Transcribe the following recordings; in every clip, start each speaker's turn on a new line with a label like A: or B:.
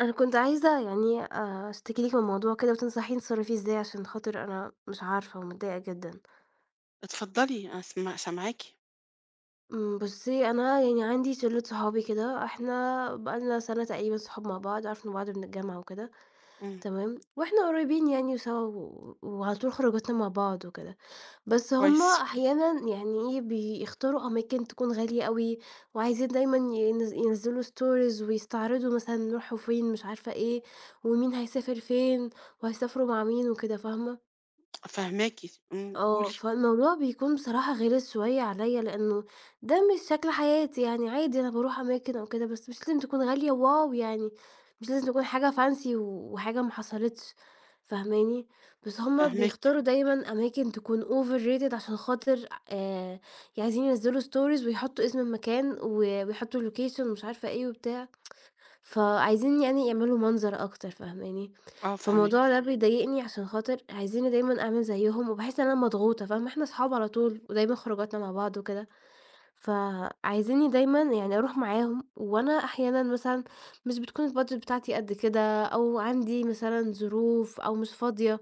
A: أنا كنت عايزة يعني أشتكي لِك من موضوع كده وتنصحيني أتصرّف فيه إزاي عشان خاطر أنا مش عارفة ومتضايقة جدًا.
B: اتفضلي، أنا سما سامعاكِ.
A: بُصّي، أنا يعني عندي شِلّة صحابي كده، إحنا بقى لنا سَنة تقريبًا صحاب مع بعض، عرفنا بعض من الجامعة وكده،
B: إمم.
A: تمام، وإحنا قريّبين يعني وسوا و وعلى طول خروجاتنا مع بعض وكده. بس هُم
B: كويس.
A: أحيانًا يعني إيه، بيختاروا أماكن تكون غالية أوي، وعايزين دايمًا ينزّلوا stories ويستعرضوا مثلًا راحوا فين، مش عارفة إيه، ومين هيسافر فين، وهيسافروا مع مين وكده، فاهمة؟
B: فاهماكِ. إمم،
A: آه،
B: قولي.
A: فالموضوع بيكون بصراحة غِلِس شوية عليَّ، لإنه ده مش شكل حياتي يعني، عادي أنا باروح أماكن أو كده، بس مش لازم تكون غالية واو يعني، مش لازم تكون حاجة fancy و وحاجة ما حصلتش، فاهماني؟ بس هُم
B: فاهماكِ.
A: بيختاروا دايمًا أماكن تكون overrated عشان خاطر عايزين ينزّلوا stories ويحطّوا اسم المكان و ويحطّوا الlocation ومش عارفة إيه وبتاع. فعايزين يعني يعملوا منظر أكتر فاهماني؟
B: آه فاهماكِ.
A: فالموضوع ده بيضايقني عشان خاطر عايزينّي دايمًا أعمل زيّهم، وباحس إن أنا مضغوطة فاهمة؟ إحنا أصحاب على طول، ودايمًا خروجاتنا مع بعض وكده، فعايزينّي دايمًا يعني أروح معاهم، وأنا أحيانًا مثلًا مش بتكون الbudget بتاعتي قد كده، أو عندي مثلًا ظروف أو مش فاضية.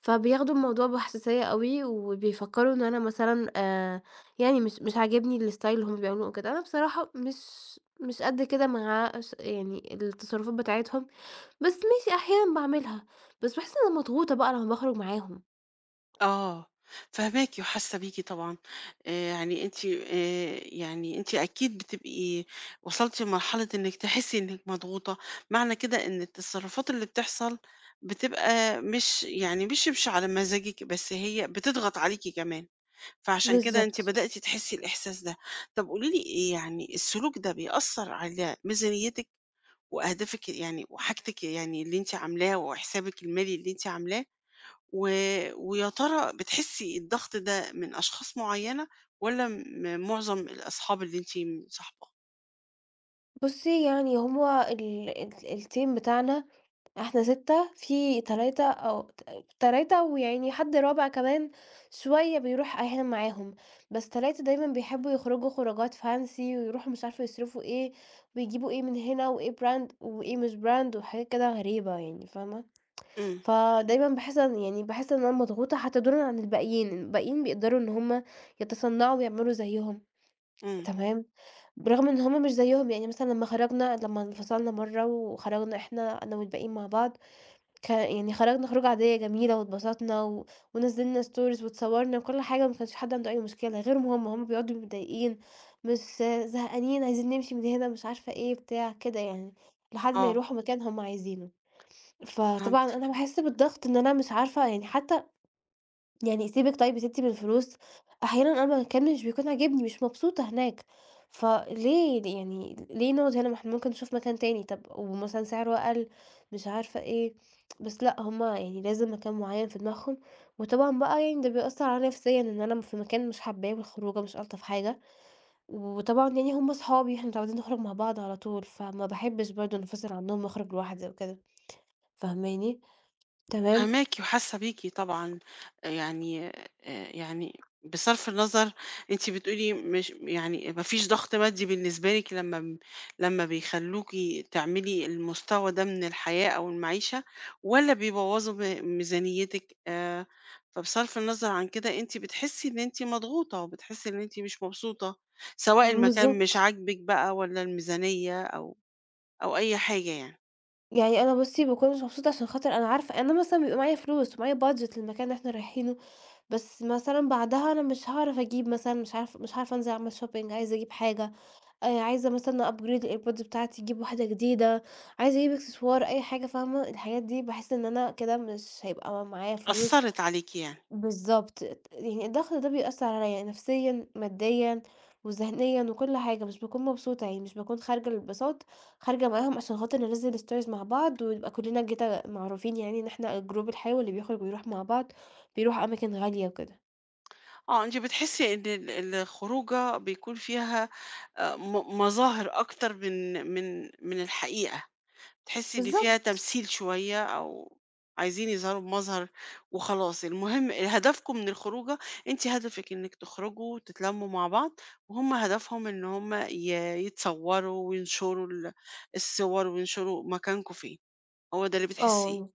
A: فبياخدوا الموضوع بحساسية أوي، وبيفكّروا إن أنا مثلًا يعني مش عاجبني الstyle اللي هُم بيعملوه وكده، أنا بصراحة مش قد كده مع ش يعني التصرفات بتاعتهم، بس ماشي أحيانًا باعملها، بس باحس إن أنا مضغوطة بقى لمّا باخرج معاهم.
B: آه، فاهماكِ وحاسة بيكِ طبعًا. آآ يعني أنتِ يعني أنتِ أكيد بتبقي وصلتِ لمرحلة إنِّك تحسي إنِّك مضغوطة. معنى كده إن التصرفات اللي بتحصل بتبقى مش يعني مش على مزاجِك، بس هي بتضغط عليكِ كمان، فعشان كده أنتِ
A: بالضبط.
B: بدأتِ تحسي الإحساس ده. طب قولي لي، يعني السلوك ده بيأثّر على ميزانيتِك؟ وأهدافِك يعني وحاجتِك يعني اللي أنتِ عاملاه، وحسابِك المالي اللي أنتِ عاملاه، و ويا ترى بتحسّي الضغط ده من أشخاص معيّنة والّا من معظم الأصحاب اللي أنتِ م صاحباها؟
A: بُصّي، يعني هو ال ال الteam بتاعنا إحنا 6 في 3 أو 3 ويعني حد رابع كمان شوية بيروح أحيانًا معاهم، بس 3 دايمًا بيحبّوا يخرجوا خروجات fancy ويروحوا مش عارفة يصرفوا إيه ويجيبوا إيه من هنا وإيه brand وإيه مش brand وحاجات كده غريبة يعني فاهمة،
B: إمم.
A: فدايمًا باحس إن أنا مضغوطة حتى دونًا عن الباقيين، الباقيين بيقدروا إن هُم يتصنعوا ويعملوا زيّهم.
B: إمم.
A: تمام، برغم إن هُم مش زيّهم، يعني مثلًا لمّا خرجنا لمّا انفصلنا مرّة وخرجنا إحنا أنا والباقيين مع بعض، يعني خرجنا خروجة عادية جميلة واتبسطنا و ونزّلنا stories واتصوّرنا وكل حاجة وما كانش حد عنده أي مشكلة، غيرهم هُم بيقعدوا متضايقين، مش زهقانين، عايزين نمشي من هنا، مش عارفة إيه، بتاع، كده يعني، لحد ما
B: آه،
A: يروحوا مكان هُم عايزينه. فطبعًا
B: فهمتِك.
A: أنا باحس بالضغط إن أنا مش عارفة يعني حتى يعني سيبِك طيب يا ستي من الفلوس، أحيانًا أنا المكان مش بيكون عاجبني، مش مبسوطة هناك، فليه يعني ليه نقعد هنا ما إحنا ممكن نشوف مكان تاني، طب ومثلًا سعره أقل، مش عارفة إيه، بس لأ هُم يعني لازم مكان معين في دماغهم، وطبعًا بقى يعني ده بيأثّر عليَّ نفسيًا إن أنا في مكان مش حاباه والخروجة مش ألطف حاجة، وطبعًا يعني هُم صحابي إحنا متعودين نخرج مع بعض على طول، فما باحبش برضه أنفصل عنهم وأخرج لوحدي أو كده، فاهماني؟ تمام،
B: فاهماكِ وحاسة بيكِ طبعًا. يعني يعني بصرف النظر، أنتِ بتقولي مش يعني ما فيش ضغط مادي بالنسبة لِك لمّا م لمّا بيخلّوكِ تعملي المستوى ده من الحياة أو المعيشة، والّا بيبوظوا م ميزانيتِك، فبصرف النظر عن كده أنتِ بتحسي إن أنتِ مضغوطة، وبتحسي إن أنتِ مش مبسوطة، سواء المكان مش
A: بالضبط.
B: عاجبِك بقى والّا الميزانية أو أو أي حاجة يعني.
A: يعني أنا بُصّي باكون مش مبسوطة عشان خاطر أنا عارفة أنا مثلًا بيبقى معايا فلوس ومعايا budget للمكان اللي إحنا رايحينه، بس مثلًا بعدها أنا مش هاعرف أجيب مثلًا مش عارفة مش هاعرف أنزل أعمل shopping عايزة أجيب حاجة، عايزة مثلًا upgrade الairpods بتاعتي أجيب واحدة جديدة، عايزة أجيب إكسسوار أي حاجة فاهمة، الحاجات دي باحس إن أنا كده مش هيبقى معايا فلوس
B: أثّرت عليكِ يعني؟
A: بالضبط، يعني الضغط ده بيأثّر عليَّ نفسيًا، ماديًا، وذهنيًا، وكل حاجة، مش باكون مبسوطة، يعني مش باكون خارجة للانبساط، خارجة معاهم عشان خاطر ننزّل stories مع بعض، ونبقى كلنا كده معروفين يعني إن إحنا الجروب الحيوي اللي بيخرج ويروح مع بعض، بيروح أماكن غالية وكده.
B: آه، أنتِ بتحسي إن الخروجة بيكون فيها م مظاهر أكتر من من الحقيقة، بتحسي إن فيها
A: بالضبط،
B: تمثيل شوية، أو عايزين يظهروا بمظهر وخلاص. المهم هدفكم من الخروجة، أنتِ هدفِك إنِّك تخرجوا وتتلمّوا مع بعض، وهُم هدفهم إن هُم ي يتصوّروا وينشروا الصور وينشروا مكانكم فين، هو ده اللي
A: آه.
B: بتحسيه.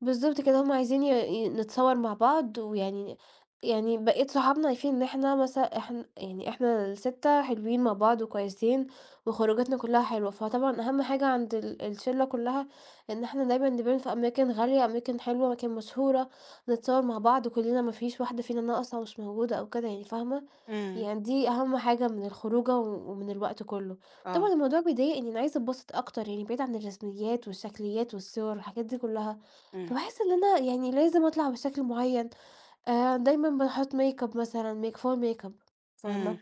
A: بالضبط كده، هُم عايزين ي ي نتصور مع بعض، ويعني يعني بقية صحابنا عارفين إن إحنا مثلًا إحنا ال6 حلوين مع بعض وكويسين، وخروجاتنا كلّها حلوة، فطبعًا أهم حاجة عند الشلة كلّها إن إحنا دايمًا نبان في أماكن غالية، أماكن حلوة، أماكن مشهورة، نتصور مع بعض كلّنا ما فيش واحدة فينا ناقصة ومش موجودة أو كده يعني، فاهمة؟
B: إمم.
A: يعني دي أهم حاجة من الخروجة و ومن الوقت كلّه. طبعًا
B: آه.
A: الموضوع بيضايقني، أنا عايزة أتبسط أكتر، يعني بعيد عن الرسميات والشكليات والصور والحاجات دي كلّها.
B: إمم.
A: فباحس إن أنا يعني لازم أطلع بشكل معيّن، دايمًا باحط makeup مثلًا makeup
B: إمم.
A: فاهمة؟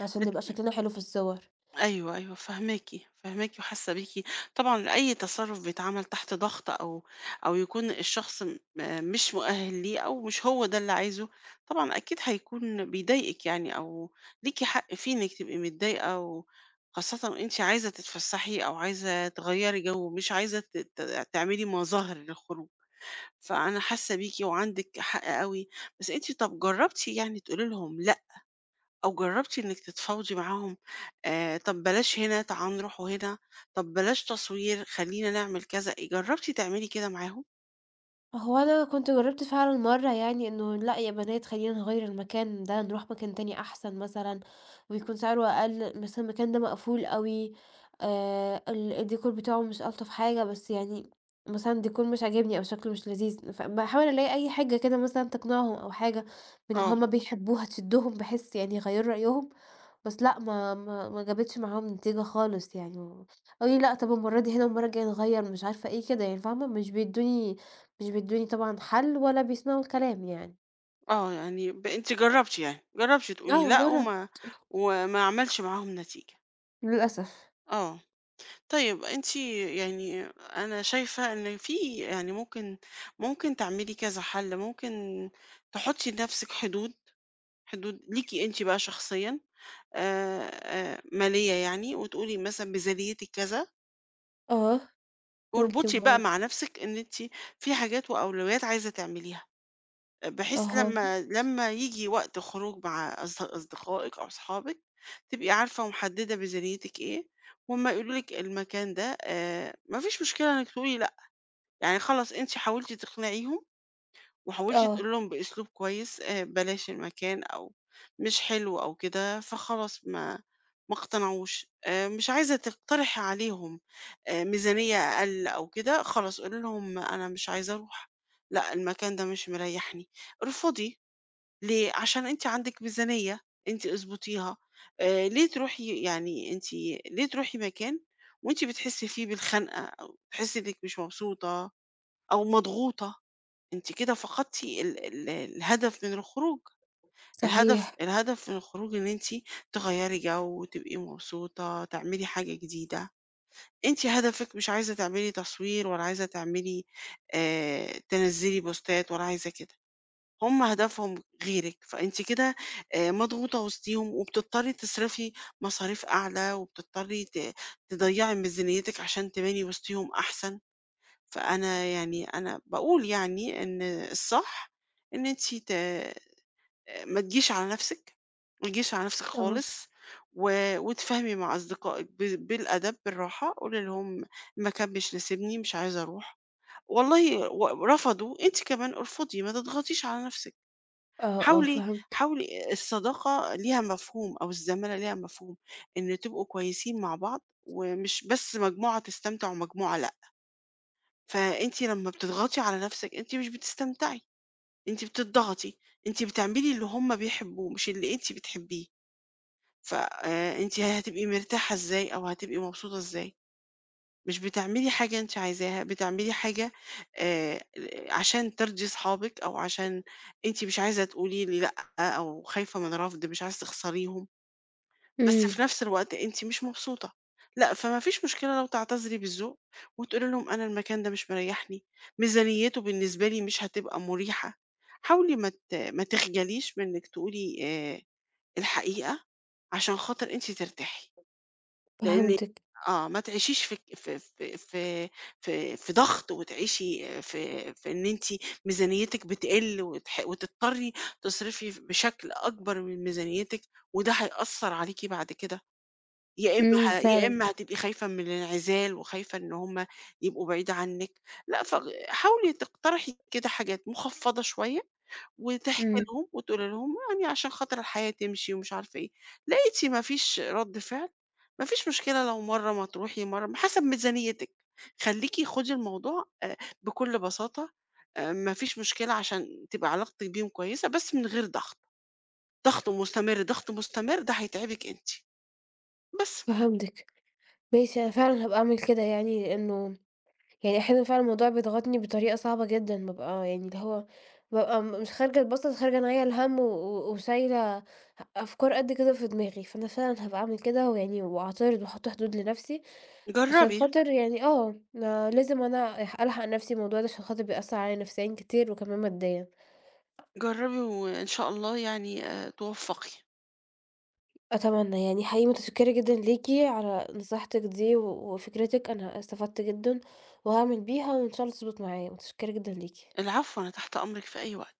A: عشان
B: بت
A: نبقى شكلنا حلو في الصور.
B: أيوه، أيوه فاهماكِ. فاهماكِ وحاسة بيكِ. طبعًا أي تصرُّف بيتعمل تحت ضغط، أو أو يكون الشخص م آه مش مؤهِّل ليه أو مش هو ده اللي عايزه، طبعًا أكيد هيكون بيضايقِك يعني، أو ليكِ حق فيه إنِّك تبقي متضايقة، و خاصةً وأنتِ عايزة تتفسّحي أو عايزة تغيّري جو، مش عايزة ت ت تعملي مظاهر للخروج. فأنا حاسة بيكِ وعندِك حق أوي. بس أنتِ طَب جرّبتِ يعني تقولي لهم لأ، أو جربتِ إنِّك تتفاوضي معاهم؟ طب بلاش هنا، تعالوا نروحوا هنا، طب بلاش تصوير، خلّينا نعمل كذا، جربتِ تعملي كده معاهم؟
A: هو أنا كنت جرّبت فعلًا مرّة يعني إنه لأ يا بنات خلّينا نغيّر المكان ده، نروح مكان تاني أحسن مثلًا ويكون سعره أقل، مثلًا المكان ده مقفول أوي، الdécor بتاعه مش ألطف حاجة، بس يعني مثلًا الdécor مش عاجبني أو شكله مش لذيذ، فباحاول ألاقي أي حاجة كده مثلًا تقنعهم أو حاجة من اللي
B: آه،
A: هُم بيحبوها تشدّهم بحيث يعني يغيّروا رأيهم، بس لأ ما جابتش معاهم نتيجة خالص يعني، قالوا لي: "لأ طَب المرّة دي هنا والمرّة الجاية نغيّر" مش عارفة إيه كده يعني فاهمة، مش بيدوني طبعًا حل ولا بيسمعوا الكلام يعني.
B: آه، يعني ب أنتِ جربتِ يعني، جربتِ تقولي
A: آه،
B: لأ،
A: جرّب.
B: وما وما عملش معاهم نتيجة.
A: للأسف.
B: آه. طيب أنتِ يعني، أنا شايفة إن في يعني ممكن تعملي كذا حل. ممكن تحطّي لنفسِك حدود، حدود ليكِ أنتِ بقى شخصيًا، مالية يعني، وتقولي مثلًا ميزانيتِك كذا،
A: آه، ممكن
B: واربطي بقى
A: برضه.
B: مع نفسِك إن أنتِ في حاجات وأولويات عايزة تعمليها، بحيث
A: أها،
B: لمّا ييجي وقت خروج مع أصد أصدقائِك أو أصحابِك، تبقي عارفة ومحددة ميزانيتِك إيه، وأمّا يقولوا لِك المكان ده، ما فيش مشكلة إنِّك تقولي لأ. يعني خلاص أنتِ حاولتِ تقنعيهم وحاولتِ
A: آه،
B: تقولي لهم بأسلوب كويس، بلاش المكان، أو مش حلو أو كده، فخلاص ما اقتنعوش. مش عايزة تقترحي عليهم ميزانية أقل أو كده، خلاص قولي لهم أنا مش عايزة أروح، لأ المكان ده مش مريحني. ارفضي. ليه؟ عشان أنتِ عندِك ميزانية أنتِ اضبطيها. ليه تروحي يعني أنتِ، ليه تروحي مكان وأنتِ بتحسي فيه بالخنقة، أو تحسي إنِك مش مبسوطة أو مضغوطة؟ أنتِ كده فقدتِ ال ال الهدف من الخروج. الهدف
A: صحيح.
B: الهدف من الخروج إن أنتِ تغيّري جو، تبقي مبسوطة، تعملي حاجة جديدة. أنتِ هدفِك مش عايزة تعملي تصوير، ولا عايزة تعملي تنزّلي بوستات، ولا عايزة كده. هُم هدفهم غيرِك، فأنتِ كده مضغوطة وسطيهم، وبتضطري تصرفي مصاريف أعلى، وبتضطري ت تضيّعي ميزانيتِك عشان تباني وسطيهم أحسن. فأنا يعني أنا باقول يعني إن الصح إن أنتِ ت ما تجيش على نَفْسِك، ما تجيش على نَفْسِك
A: آه.
B: خالص، و وتتفاهمي مع أصدقائِك ب بالأدب، بالراحة. قولي لهم المكان مش ناسبني، مش عايزة أروح، والله رفضوا، أنتِ كمان ارفضي، ما تضغطيش على نَفْسِك.
A: آه، آه،
B: حاولي
A: فهمت.
B: حاولي الصداقة ليها مفهوم، أو الزمالة ليها مفهوم، إن تبقوا كويسين مع بعض، ومش بس مجموعة تستمتع ومجموعة لأ. فأنتِ لمّا بتضغطي على نَفْسِك أنتِ مش بتستمتعي، أنتِ بتضغطي، أنتِ بتعملي اللي هم بيحبوه مش اللي أنتِ بتحبيه، ف أنتِ هتبقي مرتاحة إزاي، أو هتبقي مبسوطة إزاي؟ مش بتعملي حاجة أنتِ عايزاها، بتعملي حاجة آآ، عشان ترضي صحابِك، أو عشان أنتِ مش عايزة تقولي لي لأ، أو خايفة من رفض، مش عايزة تخسريهم. بس
A: إمم،
B: في نفس الوقت أنتِ مش مبسوطة. لأ، فما فيش مشكلة لو تعتذري بالذوق، وتقولي لهم أنا المكان ده مش مريحني، ميزانيته بالنسبة لي مش هتبقى مريحة. حاولي ما ت ما تخجليش من إنِك تقولي الحقيقة عشان خاطر أنتِ ترتاحي. لإن
A: فهمتِك.
B: آه، ما تعيشيش في ك في ضغط، وتعيشي في في إن أنتِ ميزانيتِك بتقل، وتح وتضطري تصرفي ف بشكل أكبر من ميزانيتِك، وده هيأثر عليكِ بعد كده. يا إما ه يا
A: فعلًا،
B: إما هتبقي خايفة من الانعزال، وخايفة إن هم يبقوا بعيد عنِّك. لأ، ف حاولي تقترحي كده حاجات مخفّضة شوية، وتحكي
A: إمم،
B: لهم وتقولي لهم يعني عشان خاطر الحياة تمشي ومش عارفة إيه. لقيتِ ما فيش رَد فعل، ما فيش مشكلة لو مرّة ما تروحي، مرّة حسب ميزانيتِك. خلّيكِ خُدي الموضوع بكل بساطة. ما فيش مشكلة عشان تبقى علاقتِك بيهم كويسة، بس من غير ضغط. ضغط مستمر، ضغط مستمر ده هيتعبِك أنتِ، بس
A: فهمتِك. ماشي، أنا فعلًا هابقى أعمل كده يعني، إنه يعني أحيانًا فعلًا الموضوع بيضغطني بطريقة صعبة جدًا، بابقى يعني اللي هو بابقى مش خارجة أتبسط، خارجة أنيّل هَم و و وشايلة أفكار قد كده في دماغي، فأنا فعلًا هابقى أعمل كده ويعني وأعترض وأحط حدود لنفسي. عشان
B: جرّبي.
A: خاطر يعني آه، أنا لازم أنا ألحق نفسي الموضوع ده عشان خاطر بيأثّر عليَّ نفسيًا كتير وكمان ماديًا.
B: جربي وإن شاء الله يعني آه، توفقي.
A: أتمنى يعني حقيقي متشكرة جدًا ليكِ على نصيحتِك دي و وفكرتِك، أنا استفدت جدًا وهاعمل بيها وإن شاء الله تضبط معايا، متشكرة جدًا ليكِ.
B: العفو، أنا تحت أمرك في أي وقت.